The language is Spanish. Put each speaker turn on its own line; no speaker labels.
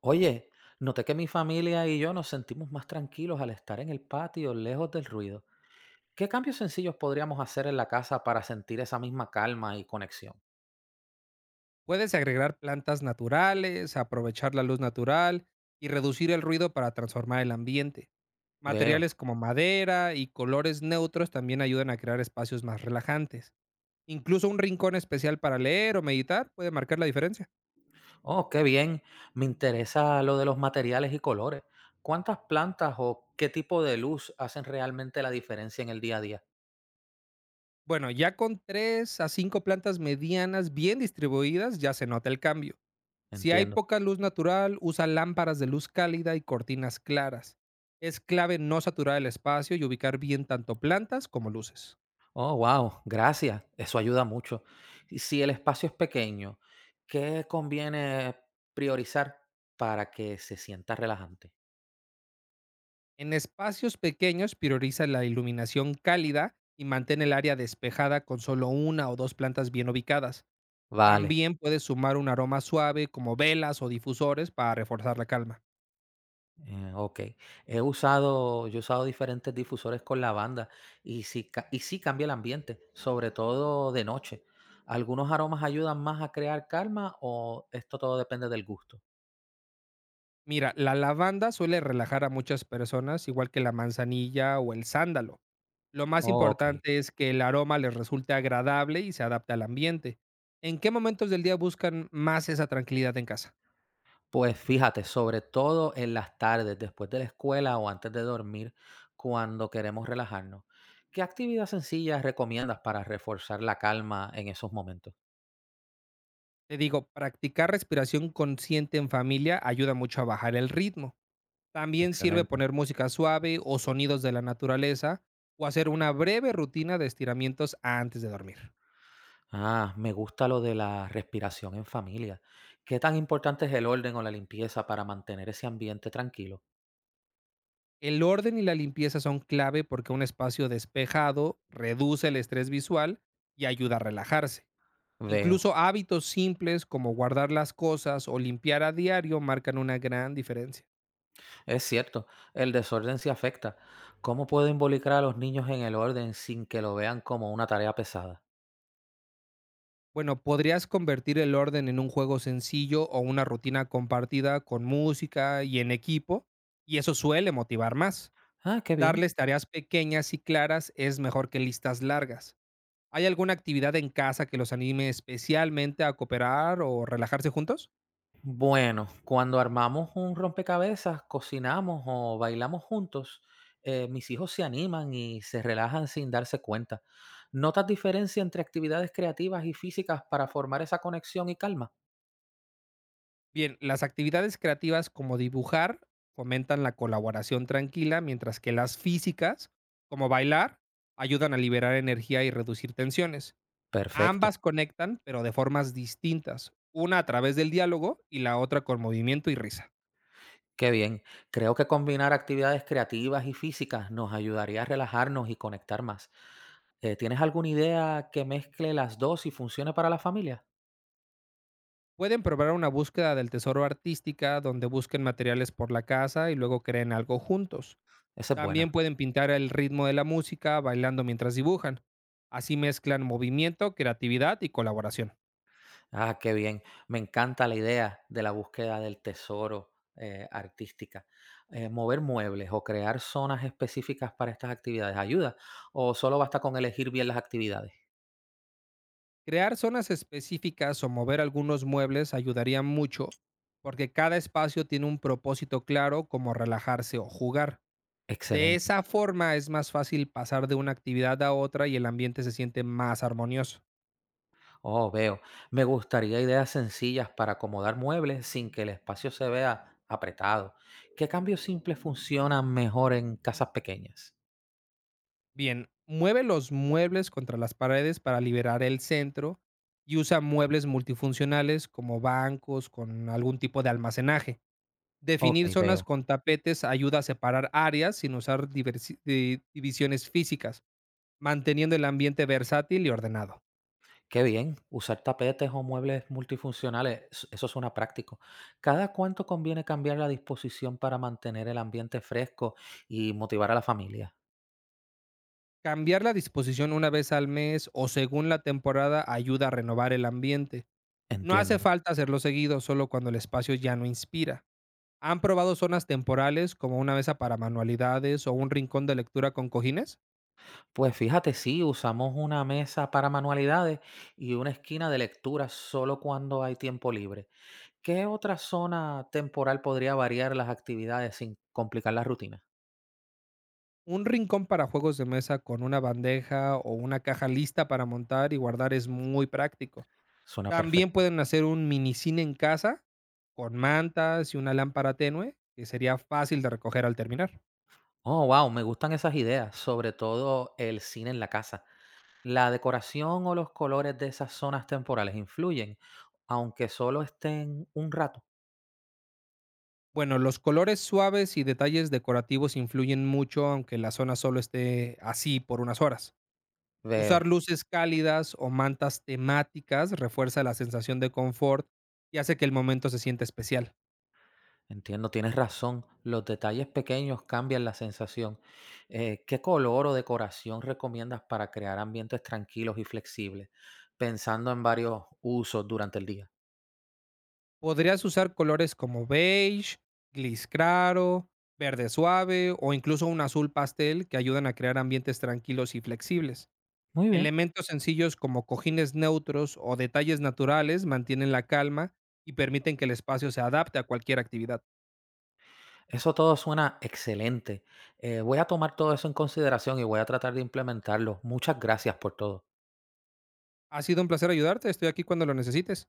Oye, noté que mi familia y yo nos sentimos más tranquilos al estar en el patio, lejos del ruido. ¿Qué cambios sencillos podríamos hacer en la casa para sentir esa misma calma y conexión?
Puedes agregar plantas naturales, aprovechar la luz natural y reducir el ruido para transformar el ambiente.
Veo.
Materiales como madera y colores neutros también ayudan a crear espacios más relajantes. Incluso un rincón especial para leer o meditar puede marcar la diferencia.
Oh, qué bien. Me interesa lo de los materiales y colores. ¿Cuántas plantas o qué tipo de luz hacen realmente la diferencia en el día a día?
Bueno, ya con 3 a 5 plantas medianas bien distribuidas ya se nota el cambio. Si hay
Entiendo.
poca luz natural, usa lámparas de luz cálida y cortinas claras. Es clave no saturar el espacio y ubicar bien tanto plantas como luces.
Oh, wow. Gracias. Eso ayuda mucho. Y si el espacio es pequeño, ¿qué conviene priorizar para que se sienta relajante?
En espacios pequeños prioriza la iluminación cálida y mantén el área despejada con solo una o dos plantas bien ubicadas.
Vale.
También puedes sumar un aroma suave como velas o difusores para reforzar la calma.
Ok. Yo he usado diferentes difusores con lavanda y sí, y sí cambia el ambiente, sobre todo de noche. ¿Algunos aromas ayudan más a crear calma o esto todo depende del gusto?
Mira, la lavanda suele relajar a muchas personas, igual que la manzanilla o el sándalo. Lo más
Oh, ok.
importante es que el aroma les resulte agradable y se adapte al ambiente. ¿En qué momentos del día buscan más esa tranquilidad en casa?
Pues fíjate, sobre todo en las tardes, después de la escuela o antes de dormir, cuando queremos relajarnos. ¿Qué actividad sencilla recomiendas para reforzar la calma en esos momentos?
Te digo, practicar respiración consciente en familia ayuda mucho a bajar el ritmo. También sirve
Excelente.
poner música suave o sonidos de la naturaleza, o hacer una breve rutina de estiramientos antes de dormir.
Ah, me gusta lo de la respiración en familia. ¿Qué tan importante es el orden o la limpieza para mantener ese ambiente tranquilo?
El orden y la limpieza son clave porque un espacio despejado reduce el estrés visual y ayuda a relajarse.
Veo,
Incluso hábitos simples como guardar las cosas o limpiar a diario marcan una gran diferencia.
es cierto, el desorden sí afecta. ¿Cómo puedo involucrar a los niños en el orden sin que lo vean como una tarea pesada?
Bueno, podrías convertir el orden en un juego sencillo o una rutina compartida con música y en equipo, y eso suele motivar más.
Ah, qué bien.
Darles tareas pequeñas y claras es mejor que listas largas. ¿Hay alguna actividad en casa que los anime especialmente a cooperar o relajarse juntos?
Bueno, cuando armamos un rompecabezas, cocinamos o bailamos juntos, mis hijos se animan y se relajan sin darse cuenta. ¿Notas diferencia entre actividades creativas y físicas para formar esa conexión y calma?
Bien, las actividades creativas, como dibujar, fomentan la colaboración tranquila, mientras que las físicas, como bailar, ayudan a liberar energía y reducir tensiones.
Perfecto,
Ambas conectan, pero de formas distintas, una a través del diálogo y la otra con movimiento y risa.
qué bien. Creo que combinar actividades creativas y físicas nos ayudaría a relajarnos y conectar más. ¿Tienes alguna idea que mezcle las dos y funcione para la familia?
Pueden probar una búsqueda del tesoro artística donde busquen materiales por la casa y luego creen algo juntos.
Esa es buena.
También pueden pintar el ritmo de la música bailando mientras dibujan. Así mezclan movimiento, creatividad y colaboración.
Ah, qué bien. Me encanta la idea de la búsqueda del tesoro artística. ¿Mover muebles o crear zonas específicas para estas actividades ayuda o solo basta con elegir bien las actividades?
Crear zonas específicas o mover algunos muebles ayudaría mucho porque cada espacio tiene un propósito claro, como relajarse o jugar. De
Excelente.
esa forma es más fácil pasar de una actividad a otra y el ambiente se siente más armonioso.
Oh, veo. Me gustaría ideas sencillas para acomodar muebles sin que el espacio se vea apretado. ¿Qué cambios simples funcionan mejor en casas pequeñas?
Bien, mueve los muebles contra las paredes para liberar el centro y usa muebles multifuncionales como bancos con algún tipo de almacenaje.
Ok,
Definir zonas
veo.
con tapetes ayuda a separar áreas sin usar divisiones físicas, manteniendo el ambiente versátil y ordenado.
Qué bien. Usar tapetes o muebles multifuncionales, eso suena práctico. ¿Cada cuánto conviene cambiar la disposición para mantener el ambiente fresco y motivar a la familia?
Cambiar la disposición una vez al mes o según la temporada ayuda a renovar el ambiente. No hace
Entiendo.
falta hacerlo seguido, solo cuando el espacio ya no inspira. ¿Han probado zonas temporales como una mesa para manualidades o un rincón de lectura con cojines?
Pues fíjate, sí, usamos una mesa para manualidades y una esquina de lectura solo cuando hay tiempo libre. ¿Qué otra zona temporal podría variar las actividades sin complicar la rutina?
Un rincón para juegos de mesa con una bandeja o una caja lista para montar y guardar es muy práctico.
Suena
También
perfecto.
pueden hacer un mini cine en casa con mantas y una lámpara tenue que sería fácil de recoger al terminar.
Oh, wow, me gustan esas ideas, sobre todo el cine en la casa. ¿La decoración o los colores de esas zonas temporales influyen, aunque solo estén un rato?
Bueno, los colores suaves y detalles decorativos influyen mucho aunque la zona solo esté así por unas horas.
Veo,
Usar luces cálidas o mantas temáticas refuerza la sensación de confort y hace que el momento se sienta especial.
entiendo, tienes razón. Los detalles pequeños cambian la sensación. ¿Qué color o decoración recomiendas para crear ambientes tranquilos y flexibles, pensando en varios usos durante el día?
Podrías usar colores como beige, gris claro, verde suave o incluso un azul pastel que ayudan a crear ambientes tranquilos y flexibles.
Muy bien.
Elementos sencillos como cojines neutros o detalles naturales mantienen la calma y permiten que el espacio se adapte a cualquier actividad.
Eso todo suena excelente. Voy a tomar todo eso en consideración y voy a tratar de implementarlo. Muchas gracias por todo.
Ha sido un placer ayudarte, estoy aquí cuando lo necesites.